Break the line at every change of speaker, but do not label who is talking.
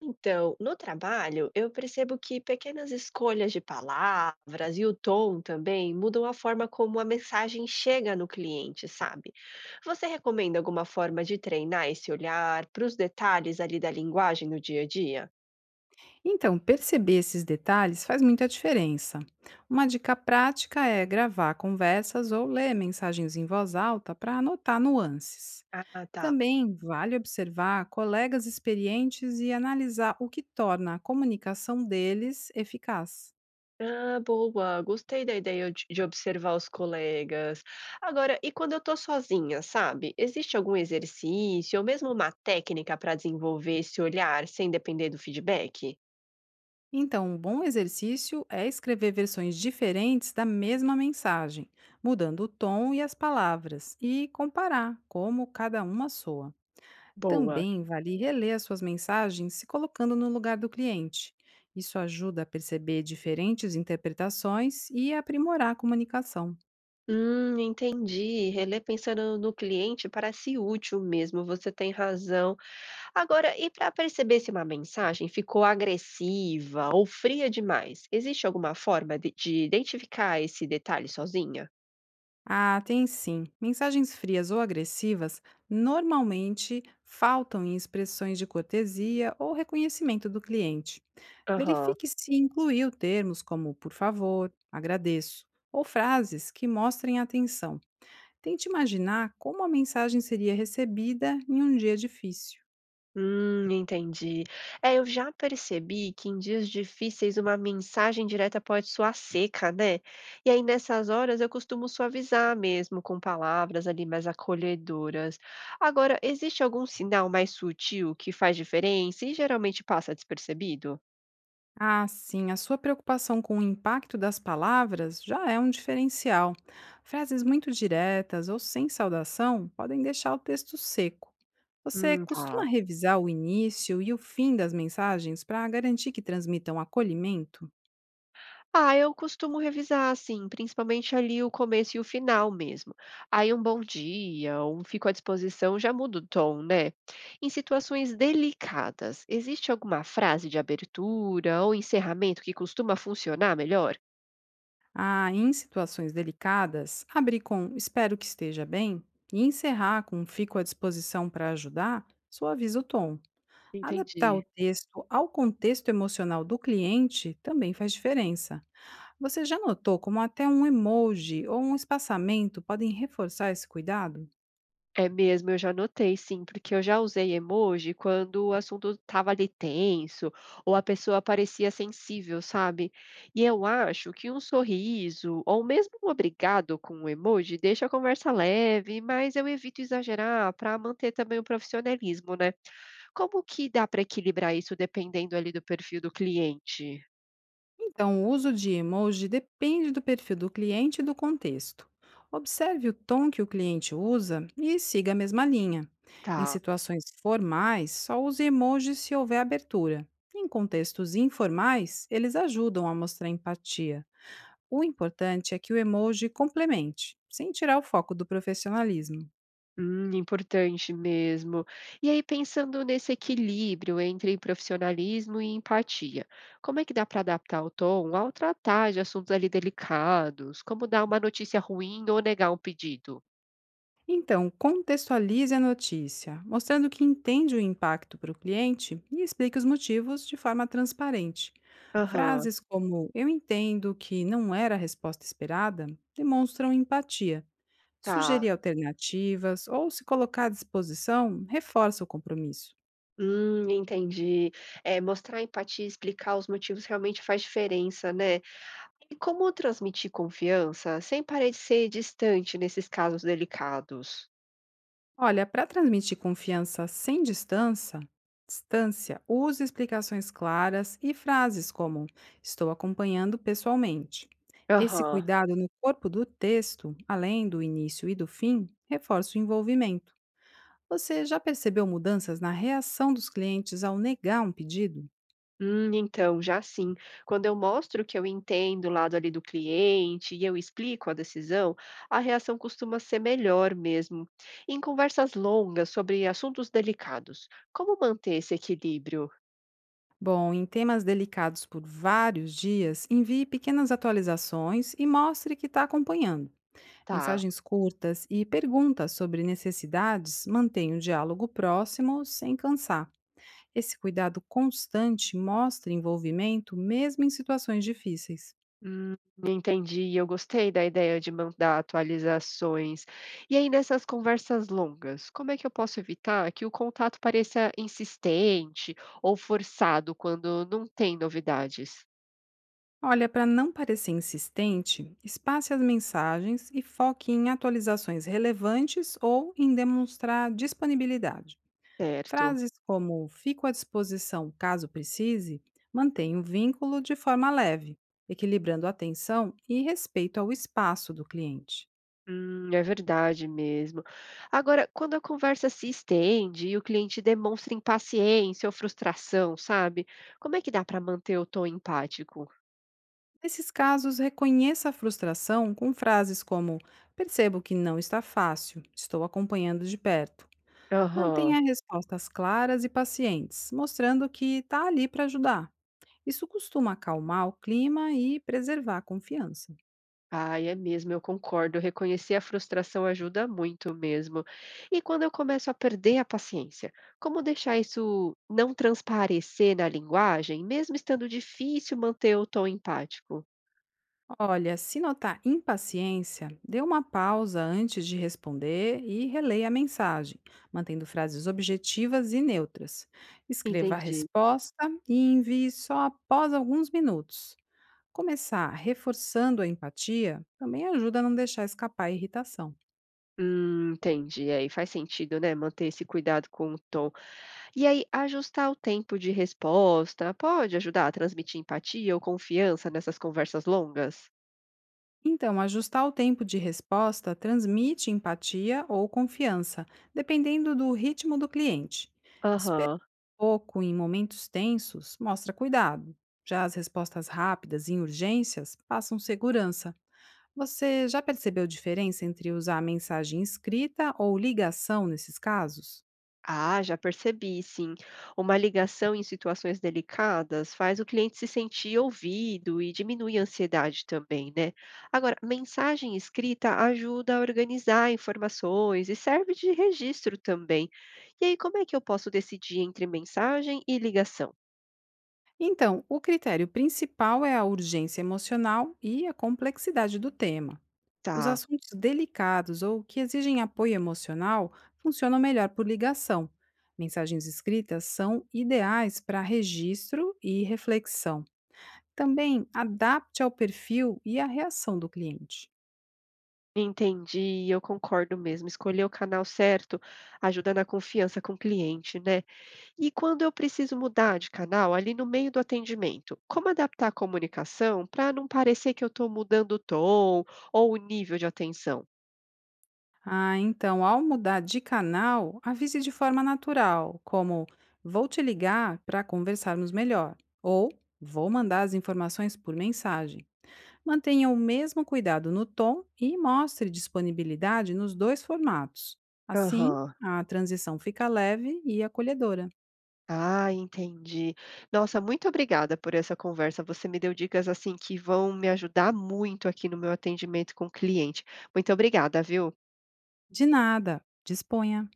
Então, no trabalho, eu percebo que pequenas escolhas de palavras e o tom também mudam a forma como a mensagem chega no cliente, sabe? Você recomenda alguma forma de treinar esse olhar para os detalhes ali da linguagem no dia a dia?
Então, perceber esses detalhes faz muita diferença. Uma dica prática é gravar conversas ou ler mensagens em voz alta para anotar nuances.
Ah, tá.
Também vale observar colegas experientes e analisar o que torna a comunicação deles eficaz.
Ah, boa, gostei da ideia de observar os colegas. Agora, e quando eu tô sozinha, sabe? Existe algum exercício ou mesmo uma técnica para desenvolver esse olhar sem depender do feedback?
Então, um bom exercício é escrever versões diferentes da mesma mensagem, mudando o tom e as palavras, e comparar como cada uma soa.
Boa.
Também vale reler as suas mensagens se colocando no lugar do cliente. Isso ajuda a perceber diferentes interpretações e a aprimorar a comunicação.
Entendi. Reler pensando no cliente parece útil mesmo, você tem razão. Agora, e para perceber se uma mensagem ficou agressiva ou fria demais, existe alguma forma de identificar esse detalhe sozinha?
Ah, tem sim. Mensagens frias ou agressivas normalmente faltam em expressões de cortesia ou reconhecimento do cliente.
Aham.
Verifique se incluiu termos como por favor, agradeço ou frases que mostrem atenção. Tente imaginar como a mensagem seria recebida em um dia difícil.
Entendi. É, eu já percebi que em dias difíceis uma mensagem direta pode soar seca, né? E aí nessas horas eu costumo suavizar mesmo com palavras ali mais acolhedoras. Agora, existe algum sinal mais sutil que faz diferença e geralmente passa despercebido?
Ah, sim, a sua preocupação com o impacto das palavras já é um diferencial. Frases muito diretas ou sem saudação podem deixar o texto seco. Você costuma
Tá.
revisar o início e o fim das mensagens para garantir que transmitam acolhimento?
Ah, eu costumo revisar, assim, principalmente ali o começo e o final mesmo. Aí um bom dia, um fico à disposição já muda o tom, né? Em situações delicadas, existe alguma frase de abertura ou encerramento que costuma funcionar melhor?
Ah, em situações delicadas, abrir com espero que esteja bem e encerrar com fico à disposição para ajudar suaviza o tom. Adaptar o
Entendi.
texto ao contexto emocional do cliente também faz diferença. Você já notou como até um emoji ou um espaçamento podem reforçar esse cuidado?
É mesmo, eu já notei sim, porque eu já usei emoji quando o assunto estava ali tenso ou a pessoa parecia sensível, sabe? E eu acho que um sorriso ou mesmo um obrigado com um emoji deixa a conversa leve, mas eu evito exagerar para manter também o profissionalismo, né? Como que dá para equilibrar isso dependendo ali do perfil do cliente?
Então, o uso de emoji depende do perfil do cliente e do contexto. Observe o tom que o cliente usa e siga a mesma linha. Em
Tá.
situações formais, só use emojis se houver abertura. Em contextos informais, eles ajudam a mostrar empatia. O importante é que o emoji complemente, sem tirar o foco do profissionalismo.
Importante mesmo. E aí, pensando nesse equilíbrio entre profissionalismo e empatia, como é que dá para adaptar o tom ao tratar de assuntos ali delicados, como dar uma notícia ruim ou negar um pedido?
Então, contextualize a notícia, mostrando que entende o impacto para o cliente e explique os motivos de forma transparente.
Aham,
Frases como eu entendo que não era a resposta esperada demonstram empatia.
tá.
Sugerir alternativas ou se colocar à disposição reforça o compromisso.
Entendi. É, mostrar empatia e explicar os motivos realmente faz diferença, né? E como transmitir confiança sem parecer distante nesses casos delicados?
Olha, para transmitir confiança sem distância, use explicações claras e frases como estou acompanhando pessoalmente. Esse
Aham.
cuidado no corpo do texto, além do início e do fim, reforça o envolvimento. Você já percebeu mudanças na reação dos clientes ao negar um pedido?
Então, já sim. Quando eu mostro que eu entendo o lado ali do cliente e eu explico a decisão, a reação costuma ser melhor mesmo. Em conversas longas sobre assuntos delicados, como manter esse equilíbrio?
Bom, em temas delicados por vários dias, envie pequenas atualizações e mostre que está acompanhando.
Tá.
Mensagens curtas e perguntas sobre necessidades mantêm o diálogo próximo sem cansar. Esse cuidado constante mostra envolvimento mesmo em situações difíceis.
Hum, entendi. Eu gostei da ideia de mandar atualizações. E aí, nessas conversas longas, como é que eu posso evitar que o contato pareça insistente ou forçado quando não tem novidades?
Olha, para não parecer insistente, espace as mensagens e foque em atualizações relevantes ou em demonstrar disponibilidade.
Certo.
Frases como fico à disposição caso precise mantêm o vínculo de forma leve, equilibrando atenção e respeito ao espaço do cliente.
É verdade mesmo. Agora, quando a conversa se estende e o cliente demonstra impaciência ou frustração, sabe? Como é que dá para manter o tom empático?
Nesses casos, reconheça a frustração com frases como: Percebo que não está fácil, estou acompanhando de perto. Mantenha
Aham.
respostas claras e pacientes, mostrando que está ali para ajudar. Isso costuma acalmar o clima e preservar a confiança.
Ai, é mesmo, eu concordo. Reconhecer a frustração ajuda muito mesmo. E quando eu começo a perder a paciência, como deixar isso não transparecer na linguagem, mesmo estando difícil manter o tom empático?
Olha, se notar impaciência, dê uma pausa antes de responder e releia a mensagem, mantendo frases objetivas e neutras. Escreva a
Entendi.
resposta e envie só após alguns minutos. Começar reforçando a empatia também ajuda a não deixar escapar a irritação.
Entendi. Aí faz sentido, né? Manter esse cuidado com o tom. E aí, ajustar o tempo de resposta pode ajudar a transmitir empatia ou confiança nessas conversas longas?
Então, ajustar o tempo de resposta transmite empatia ou confiança, dependendo do ritmo do cliente. Esperar
Aham.
um pouco em momentos tensos mostra cuidado. Já as respostas rápidas em urgências passam segurança. Você já percebeu diferença entre usar a mensagem escrita ou ligação nesses casos?
Ah, já percebi, sim. Uma ligação em situações delicadas faz o cliente se sentir ouvido e diminui a ansiedade também, né? Agora, mensagem escrita ajuda a organizar informações e serve de registro também. E aí, como é que eu posso decidir entre mensagem e ligação?
Então, o critério principal é a urgência emocional e a complexidade do tema. Os
Tá.
assuntos delicados ou que exigem apoio emocional funcionam melhor por ligação. Mensagens escritas são ideais para registro e reflexão. Também adapte ao perfil e à reação do cliente.
Entendi, eu concordo mesmo. Escolher o canal certo ajuda na confiança com o cliente, né? E quando eu preciso mudar de canal, ali no meio do atendimento, como adaptar a comunicação para não parecer que eu estou mudando o tom ou o nível de atenção?
Ah, então, ao mudar de canal, avise de forma natural, como vou te ligar para conversarmos melhor ou vou mandar as informações por mensagem. Mantenha o mesmo cuidado no tom e mostre disponibilidade nos dois formatos. Assim,
Aham.
a transição fica leve e acolhedora.
Ah, entendi. Nossa, muito obrigada por essa conversa. Você me deu dicas assim que vão me ajudar muito aqui no meu atendimento com o cliente. Muito obrigada, viu?
De nada, disponha!